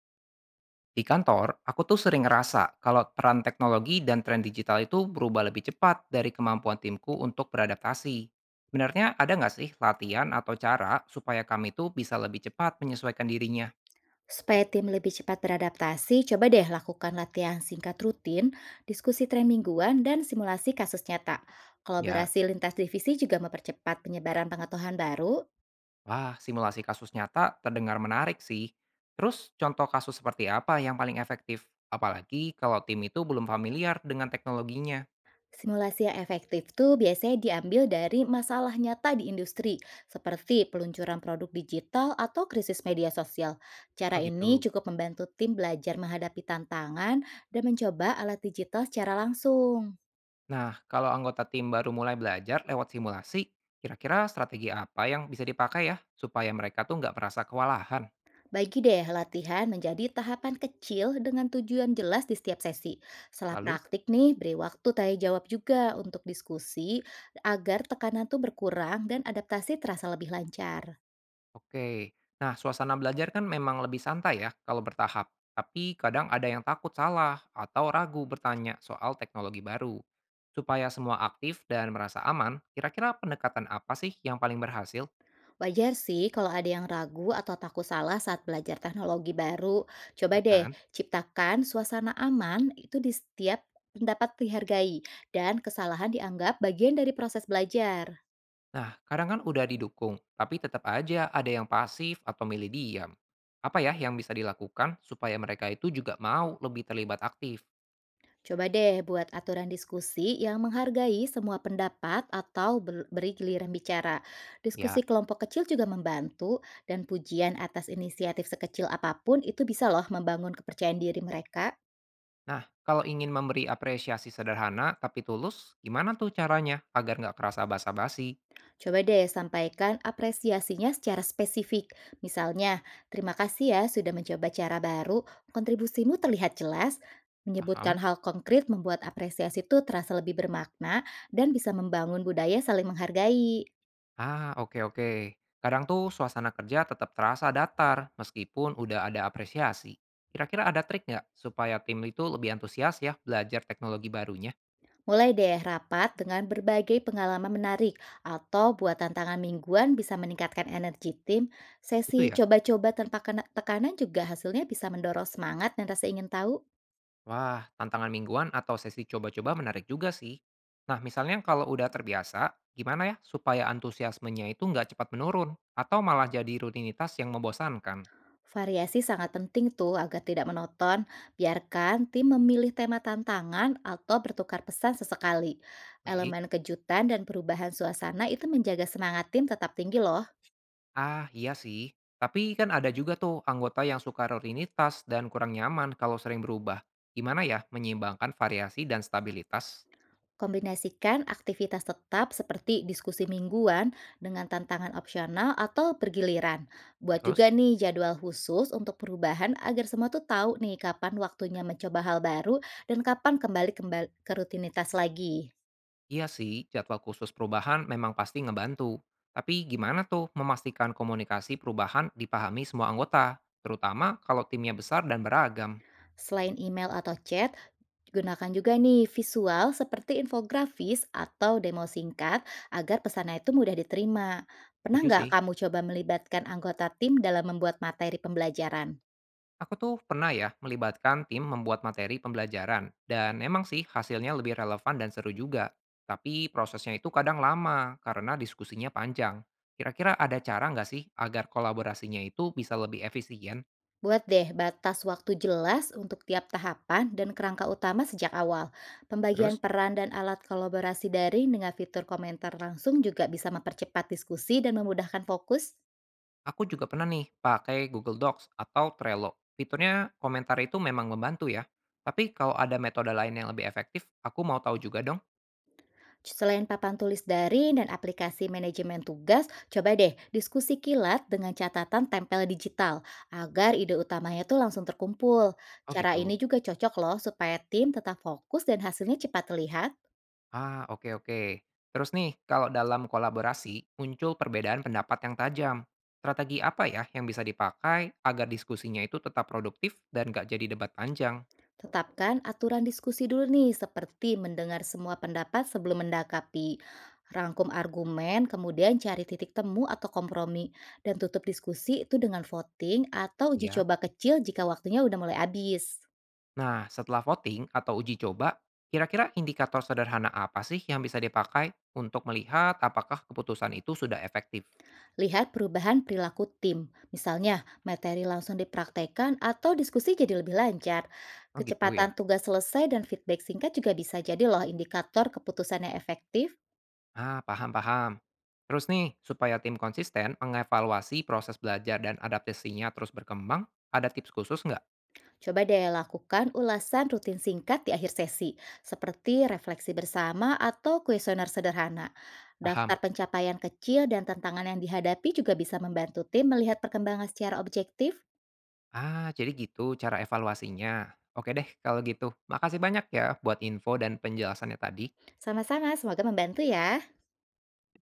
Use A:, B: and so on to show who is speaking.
A: Di kantor, aku tuh sering ngerasa kalau peran teknologi dan tren digital itu berubah lebih cepat dari kemampuan timku untuk beradaptasi. Sebenarnya ada nggak sih latihan atau cara supaya kami tuh bisa lebih cepat menyesuaikan dirinya?
B: Supaya tim lebih cepat beradaptasi, coba deh lakukan latihan singkat rutin, diskusi tren mingguan, dan simulasi kasus nyata.
A: Ya,
B: Kolaborasi lintas divisi juga mempercepat penyebaran pengetahuan baru.
A: wah simulasi kasus nyata terdengar menarik sih. Terus contoh kasus seperti apa yang paling efektif? Apalagi kalau tim itu belum familiar dengan teknologinya.
B: Simulasi yang efektif tuh biasanya diambil dari masalah nyata di industri, seperti peluncuran produk digital atau krisis media sosial.
A: Oh
B: Cara ini
A: gitu.
B: cukup membantu tim belajar menghadapi tantangan dan mencoba alat digital secara langsung.
A: Nah, kalau anggota tim baru mulai belajar lewat simulasi, kira-kira strategi apa yang bisa dipakai ya supaya mereka tuh nggak merasa kewalahan?
B: Bagi deh latihan menjadi tahapan kecil dengan tujuan jelas di setiap sesi. Setelah
A: Lalu,
B: praktik nih, beri waktu tanya jawab juga untuk diskusi agar tekanan tuh berkurang dan adaptasi terasa lebih lancar.
A: oke. Nah, suasana belajar kan memang lebih santai ya kalau bertahap. Tapi kadang ada yang takut salah atau ragu bertanya soal teknologi baru. Supaya semua aktif dan merasa aman, kira-kira pendekatan apa sih yang paling berhasil?
B: Wajar sih kalau ada yang ragu atau takut salah saat belajar teknologi baru. Coba
A: Ya
B: deh
A: kan?
B: ciptakan suasana aman itu di setiap pendapat dihargai dan kesalahan dianggap bagian dari proses belajar.
A: Nah, kadang kan udah didukung, tapi tetap aja ada yang pasif atau milih diam. Apa ya yang bisa dilakukan supaya mereka itu juga mau lebih terlibat aktif?
B: Coba deh buat aturan diskusi yang menghargai semua pendapat atau beri giliran bicara. Diskusi
A: Ya.
B: kelompok kecil juga membantu dan pujian atas inisiatif sekecil apapun itu bisa loh membangun kepercayaan diri mereka.
A: Nah, kalau ingin memberi apresiasi sederhana tapi tulus, gimana tuh caranya agar nggak kerasa basa-basi?
B: Coba deh sampaikan apresiasinya secara spesifik. Misalnya, terima kasih ya sudah mencoba cara baru, kontribusimu terlihat jelas. Menyebutkan
A: Paham?
B: hal konkret membuat apresiasi itu terasa lebih bermakna dan bisa membangun budaya saling menghargai.
A: Ah, oke oke. Kadang tuh suasana kerja tetap terasa datar meskipun udah ada apresiasi. Kira-kira ada trik nggak supaya tim itu lebih antusias ya belajar teknologi barunya?
B: Mulai deh rapat dengan berbagai pengalaman menarik atau buat tantangan mingguan bisa meningkatkan energi tim. Sesi
A: Itu ya.
B: coba-coba tanpa tekanan juga hasilnya bisa mendorong semangat dan rasa ingin tahu.
A: Wah, tantangan mingguan atau sesi coba-coba menarik juga sih. Nah, misalnya kalau udah terbiasa, gimana ya supaya antusiasmenya itu nggak cepat menurun atau malah jadi rutinitas yang membosankan?
B: Variasi sangat penting tuh agar tidak menonton. Biarkan tim memilih tema tantangan atau bertukar pesan sesekali.
A: Baik,
B: Elemen kejutan dan perubahan suasana itu menjaga semangat tim tetap tinggi loh.
A: ah iya sih. Tapi kan ada juga tuh anggota yang suka rutinitas dan kurang nyaman kalau sering berubah. Gimana ya menyeimbangkan variasi dan stabilitas?
B: Kombinasikan aktivitas tetap seperti diskusi mingguan dengan tantangan opsional atau bergiliran. Buat juga
A: Terus?
B: nih jadwal khusus untuk perubahan agar semua tuh tahu nih kapan waktunya mencoba hal baru dan kapan kembali kembali ke rutinitas lagi.
A: Iya sih, jadwal khusus perubahan memang pasti ngebantu. Tapi gimana tuh memastikan komunikasi perubahan dipahami semua anggota, terutama kalau timnya besar dan beragam?
B: Selain email atau chat, gunakan juga nih visual seperti infografis atau demo singkat agar pesannya itu mudah diterima. Pernah
A: Setuju
B: nggak
A: sih.
B: kamu coba melibatkan anggota tim dalam membuat materi pembelajaran?
A: Aku tuh pernah ya melibatkan tim membuat materi pembelajaran, dan emang sih hasilnya lebih relevan dan seru juga. Tapi prosesnya itu kadang lama karena diskusinya panjang. Kira-kira ada cara nggak sih agar kolaborasinya itu bisa lebih efisien?
B: Buat deh batas waktu jelas untuk tiap tahapan dan kerangka utama sejak awal. Pembagian
A: Terus.
B: peran dan alat kolaborasi daring dengan fitur komentar langsung juga bisa mempercepat diskusi dan memudahkan fokus.
A: Aku juga pernah nih pakai Google Docs atau Trello. Fiturnya komentar itu memang membantu ya. Tapi kalau ada metode lain yang lebih efektif, aku mau tahu juga dong.
B: Selain papan tulis daring dan aplikasi manajemen tugas, coba deh diskusi kilat dengan catatan tempel digital agar ide utamanya tuh langsung terkumpul.
A: Oh
B: Cara ini
A: gitu.
B: juga cocok loh supaya tim tetap fokus dan hasilnya cepat terlihat.
A: Ah, oke oke. Terus nih, kalau dalam kolaborasi muncul perbedaan pendapat yang tajam. Strategi apa ya yang bisa dipakai agar diskusinya itu tetap produktif dan nggak jadi debat panjang?
B: Tetapkan aturan diskusi dulu nih, seperti mendengar semua pendapat sebelum mendakapi, rangkum argumen, kemudian cari titik temu atau kompromi, dan tutup diskusi itu dengan voting atau uji
A: Ya.
B: coba kecil jika waktunya udah mulai habis.
A: Nah, setelah voting atau uji coba, kira-kira indikator sederhana apa sih yang bisa dipakai untuk melihat apakah keputusan itu sudah efektif?
B: Lihat perubahan perilaku tim, misalnya materi langsung dipraktekkan atau diskusi jadi lebih lancar.
A: Oh gitu ya?
B: Kecepatan tugas selesai dan feedback singkat juga bisa jadi loh indikator keputusan yang efektif.
A: Ah, paham paham. Terus nih, supaya tim konsisten mengevaluasi proses belajar dan adaptasinya terus berkembang, ada tips khusus nggak?
B: Coba deh lakukan ulasan rutin singkat di akhir sesi, seperti refleksi bersama atau kuesioner sederhana. Daftar
A: Paham.
B: pencapaian kecil dan tantangan yang dihadapi juga bisa membantu tim melihat perkembangan secara objektif.
A: Ah, jadi gitu cara evaluasinya. Oke deh, kalau gitu. Makasih banyak ya buat info dan penjelasannya tadi.
B: Sama-sama, semoga membantu ya.